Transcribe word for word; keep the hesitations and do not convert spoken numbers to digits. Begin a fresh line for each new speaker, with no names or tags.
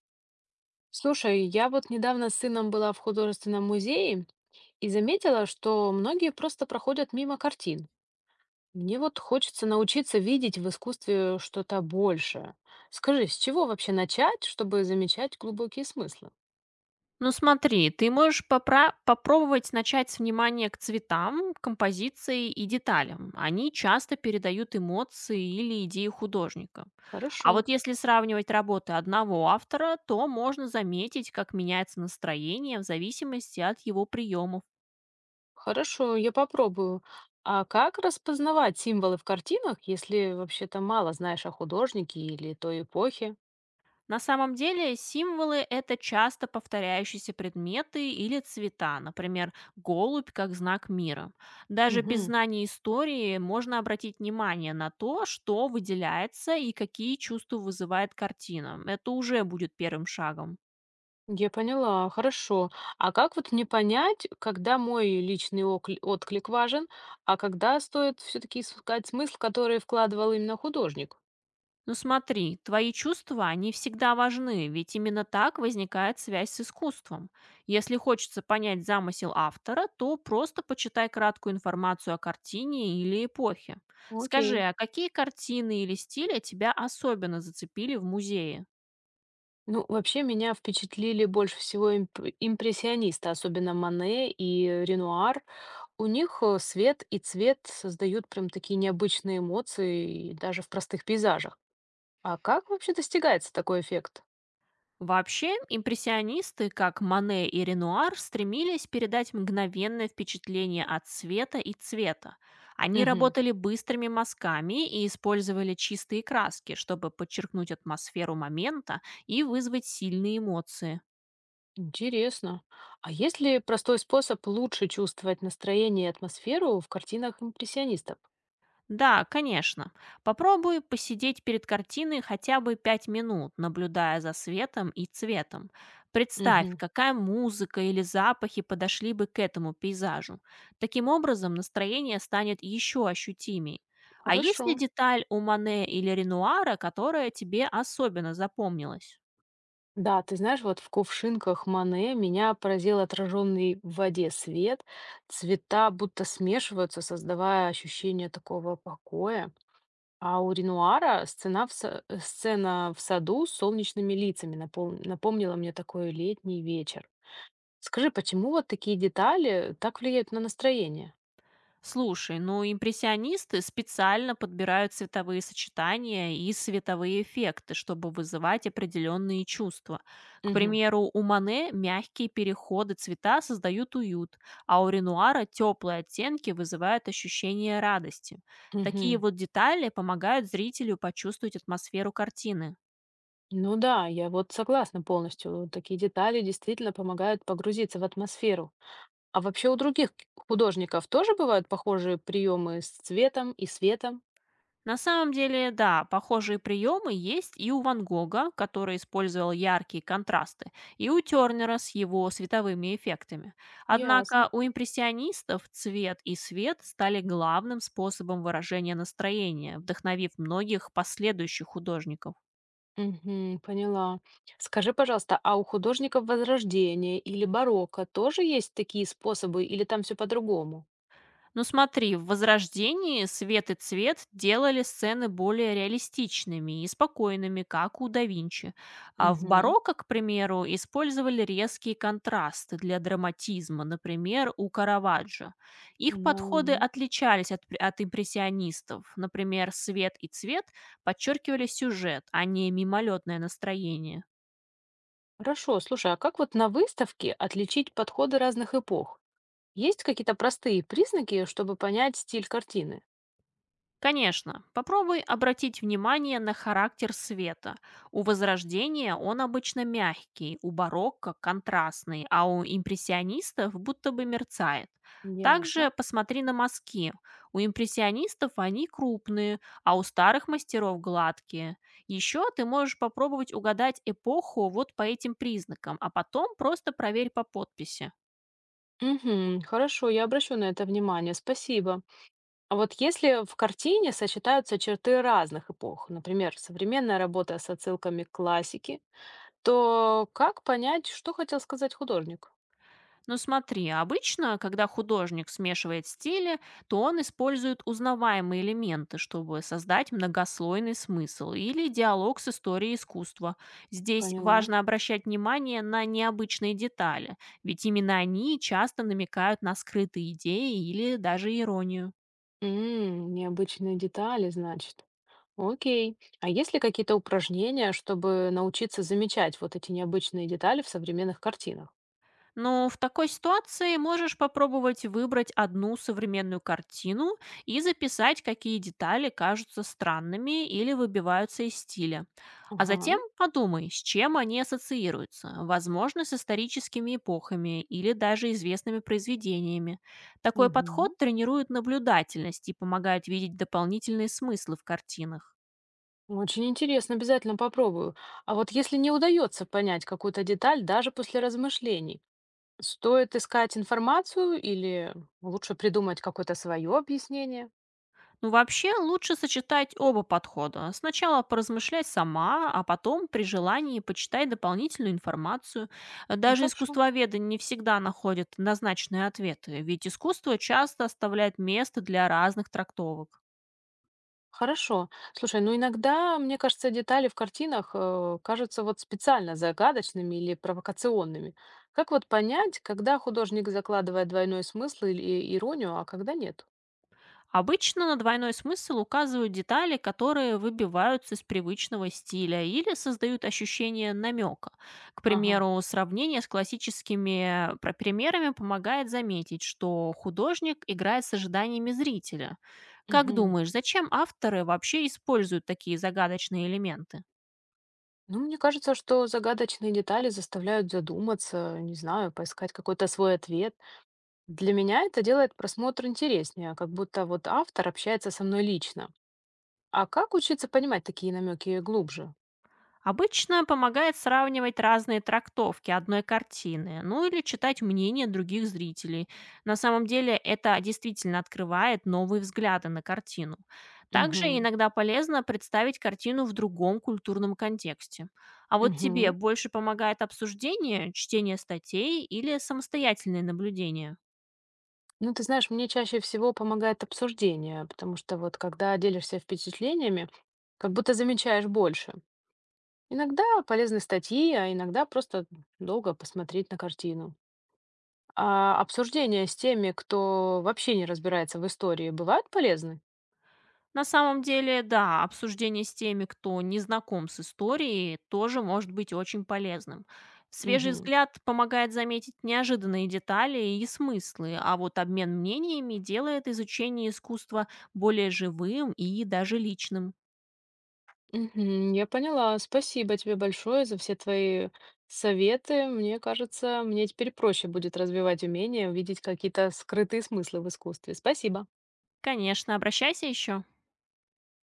Слушай, я вот недавно с сыном была в художественном музее и заметила, что многие просто проходят мимо картин. Мне вот хочется научиться видеть в искусстве что-то большее. Скажи, с чего вообще начать, чтобы замечать глубокие смыслы?
Ну смотри, ты можешь попра- попробовать начать с внимания к цветам, композиции и деталям. Они часто передают эмоции или идеи художника.
Хорошо,
А вот если сравнивать работы одного автора, то можно заметить, как меняется настроение в зависимости от его приемов.
хорошо, я попробую. А как распознавать символы в картинах, если вообще-то мало знаешь о художнике или той эпохе?
На самом деле символы– это часто повторяющиеся предметы или цвета, например, голубь как знак мира. Даже без
Мгм.
знания истории можно обратить внимание на то, что выделяется и какие чувства вызывает картина. Это уже будет первым шагом.
Я поняла, хорошо. А как вот мне понять, когда мой личный окли- отклик важен, а когда стоит все-таки искать смысл, который вкладывал именно художник?
Ну смотри, твои чувства, они всегда важны, ведь именно так возникает связь с искусством. Если хочется понять замысел автора, то просто почитай краткую информацию о картине или эпохе. Скажи,
Окей.
а какие картины или стили тебя особенно зацепили в музее?
Ну, вообще меня впечатлили больше всего имп- импрессионисты, особенно Мане и Ренуар. У них э, свет и цвет создают прям такие необычные эмоции, и даже в простых пейзажах. А как вообще достигается такой эффект?
Вообще, импрессионисты, как Мане и Ренуар, стремились передать мгновенное впечатление от света и цвета. Они
Мгм.
работали быстрыми мазками и использовали чистые краски, чтобы подчеркнуть атмосферу момента и вызвать сильные эмоции.
Интересно. А есть ли простой способ лучше чувствовать настроение и атмосферу в картинах импрессионистов?
Да, конечно. Попробуй посидеть перед картиной хотя бы пять минут, наблюдая за светом и цветом. Представь,
Мгм.
какая музыка или запахи подошли бы к этому пейзажу. Таким образом, настроение станет еще ощутимее. А есть
Хорошо.
ли деталь у Мане или Ренуара, которая тебе особенно запомнилась?
Да, ты знаешь, вот в кувшинках Мане меня поразил отраженный в воде свет. Цвета будто смешиваются, создавая ощущение такого покоя. А у Ренуара сцена в, са- э, сцена в саду с солнечными лицами напом- напомнила мне такой летний вечер. Скажи, почему вот такие детали так влияют на настроение?
Слушай, ну импрессионисты специально подбирают цветовые сочетания и световые эффекты, чтобы вызывать определенные чувства. К
Мгм.
примеру, у Мане мягкие переходы цвета создают уют, а у Ренуара теплые оттенки вызывают ощущение радости. Такие
Мгм.
вот детали помогают зрителю почувствовать атмосферу картины.
Ну да, я вот согласна полностью. Такие детали действительно помогают погрузиться в атмосферу. А вообще у других к- художников тоже бывают похожие приемы с цветом и светом?
На самом деле, да, похожие приемы есть и у Ван Гога, который использовал яркие контрасты, и у Тернера с его световыми эффектами.
Ясно.
Однако у импрессионистов цвет и свет стали главным способом выражения настроения, вдохновив многих последующих художников.
Мгм, поняла. Скажи, пожалуйста, а у художников Возрождения или барокко тоже есть такие способы или там все по-другому?
Ну смотри, в «Возрождении» свет и цвет делали сцены более реалистичными и спокойными, как у да Винчи. А в
Мгм.
барокко, к примеру, использовали резкие контрасты для драматизма, например, у Караваджо. Их подходы
М,
отличались от, пр- от импрессионистов. Например, свет и цвет подчеркивали сюжет, а не мимолетное настроение.
хорошо, слушай, а как вот на выставке отличить подходы разных эпох? Есть какие-то простые признаки, чтобы понять стиль картины?
Конечно, попробуй обратить внимание на характер света. У Возрождения он обычно мягкий, у барокко– контрастный, а у импрессионистов будто бы мерцает.
Ясно.
Также посмотри на мазки. У импрессионистов они крупные, а у старых мастеров гладкие. Еще ты можешь попробовать угадать эпоху вот по этим признакам, а потом просто проверь по подписи.
Мгм. Хорошо, я обращу на это внимание, спасибо. А вот если в картине сочетаются черты разных эпох, например, современная работа с отсылками к классике, то как понять, что хотел сказать художник?
Но смотри, обычно, когда художник смешивает стили, то он использует узнаваемые элементы, чтобы создать многослойный смысл или диалог с историей искусства. Здесь
Поняла.
важно обращать внимание на необычные детали, ведь именно они часто намекают на скрытые идеи или даже иронию.
М, необычные детали, значит. Окей. А есть ли какие-то упражнения, чтобы научиться замечать вот эти необычные детали в современных картинах?
Но в такой ситуации можешь попробовать выбрать одну современную картину и записать, какие детали кажутся странными или выбиваются из стиля. А
Ага.
затем подумай, с чем они ассоциируются. Возможно, с историческими эпохами или даже известными произведениями. Такой
Мгм.
подход тренирует наблюдательность и помогает видеть дополнительные смыслы в картинах.
Очень интересно, обязательно попробую. А вот если не удается понять какую-то деталь даже после размышлений, стоит искать информацию или лучше придумать какое-то свое объяснение?
Ну, вообще, лучше сочетать оба подхода. Сначала поразмышляй сама, а потом при желании почитай дополнительную информацию. Э,
М,
Даже
хорошо.
искусствоведы не всегда находят однозначные ответы, ведь искусство часто оставляет место для разных трактовок.
Хорошо. Слушай, ну иногда, мне кажется, детали в картинах э, кажутся вот специально загадочными или провокационными. Как вот понять, когда художник закладывает двойной смысл или иронию, а когда нет?
Обычно на двойной смысл указывают детали, которые выбиваются из привычного стиля или создают ощущение намека. К
Ага.
примеру, сравнение с классическими э, про- примерами помогает заметить, что художник играет с ожиданиями зрителя. Как
Мгм.
думаешь, зачем авторы вообще используют такие загадочные элементы?
Ну, мне кажется, что загадочные детали заставляют задуматься, не знаю, поискать какой-то свой ответ. Для меня это делает просмотр интереснее, как будто вот автор общается со мной лично. А как учиться понимать такие намеки глубже?
Обычно помогает сравнивать разные трактовки одной картины, ну или читать мнения других зрителей. На самом деле это действительно открывает новые взгляды на картину. Также
Угу,
иногда полезно представить картину в другом культурном контексте. А вот тебе
угу.
больше помогает обсуждение, чтение статей или самостоятельные наблюдения?
Ну, ты знаешь, мне чаще всего помогает обсуждение, потому что вот когда делишься впечатлениями, как будто замечаешь больше. Иногда полезны статьи, а иногда просто долго посмотреть на картину. А обсуждения с теми, кто вообще не разбирается в истории, бывают полезны?
На самом деле, да, обсуждение с теми, кто не знаком с историей, тоже может быть очень полезным. Свежий
Мгм.
взгляд помогает заметить неожиданные детали и смыслы, а вот обмен мнениями делает изучение искусства более живым и даже личным.
Мгм. Я поняла. Спасибо тебе большое за все твои советы. Мне кажется, мне теперь проще будет развивать умение увидеть какие-то скрытые смыслы в искусстве. Спасибо.
Конечно, обращайся еще.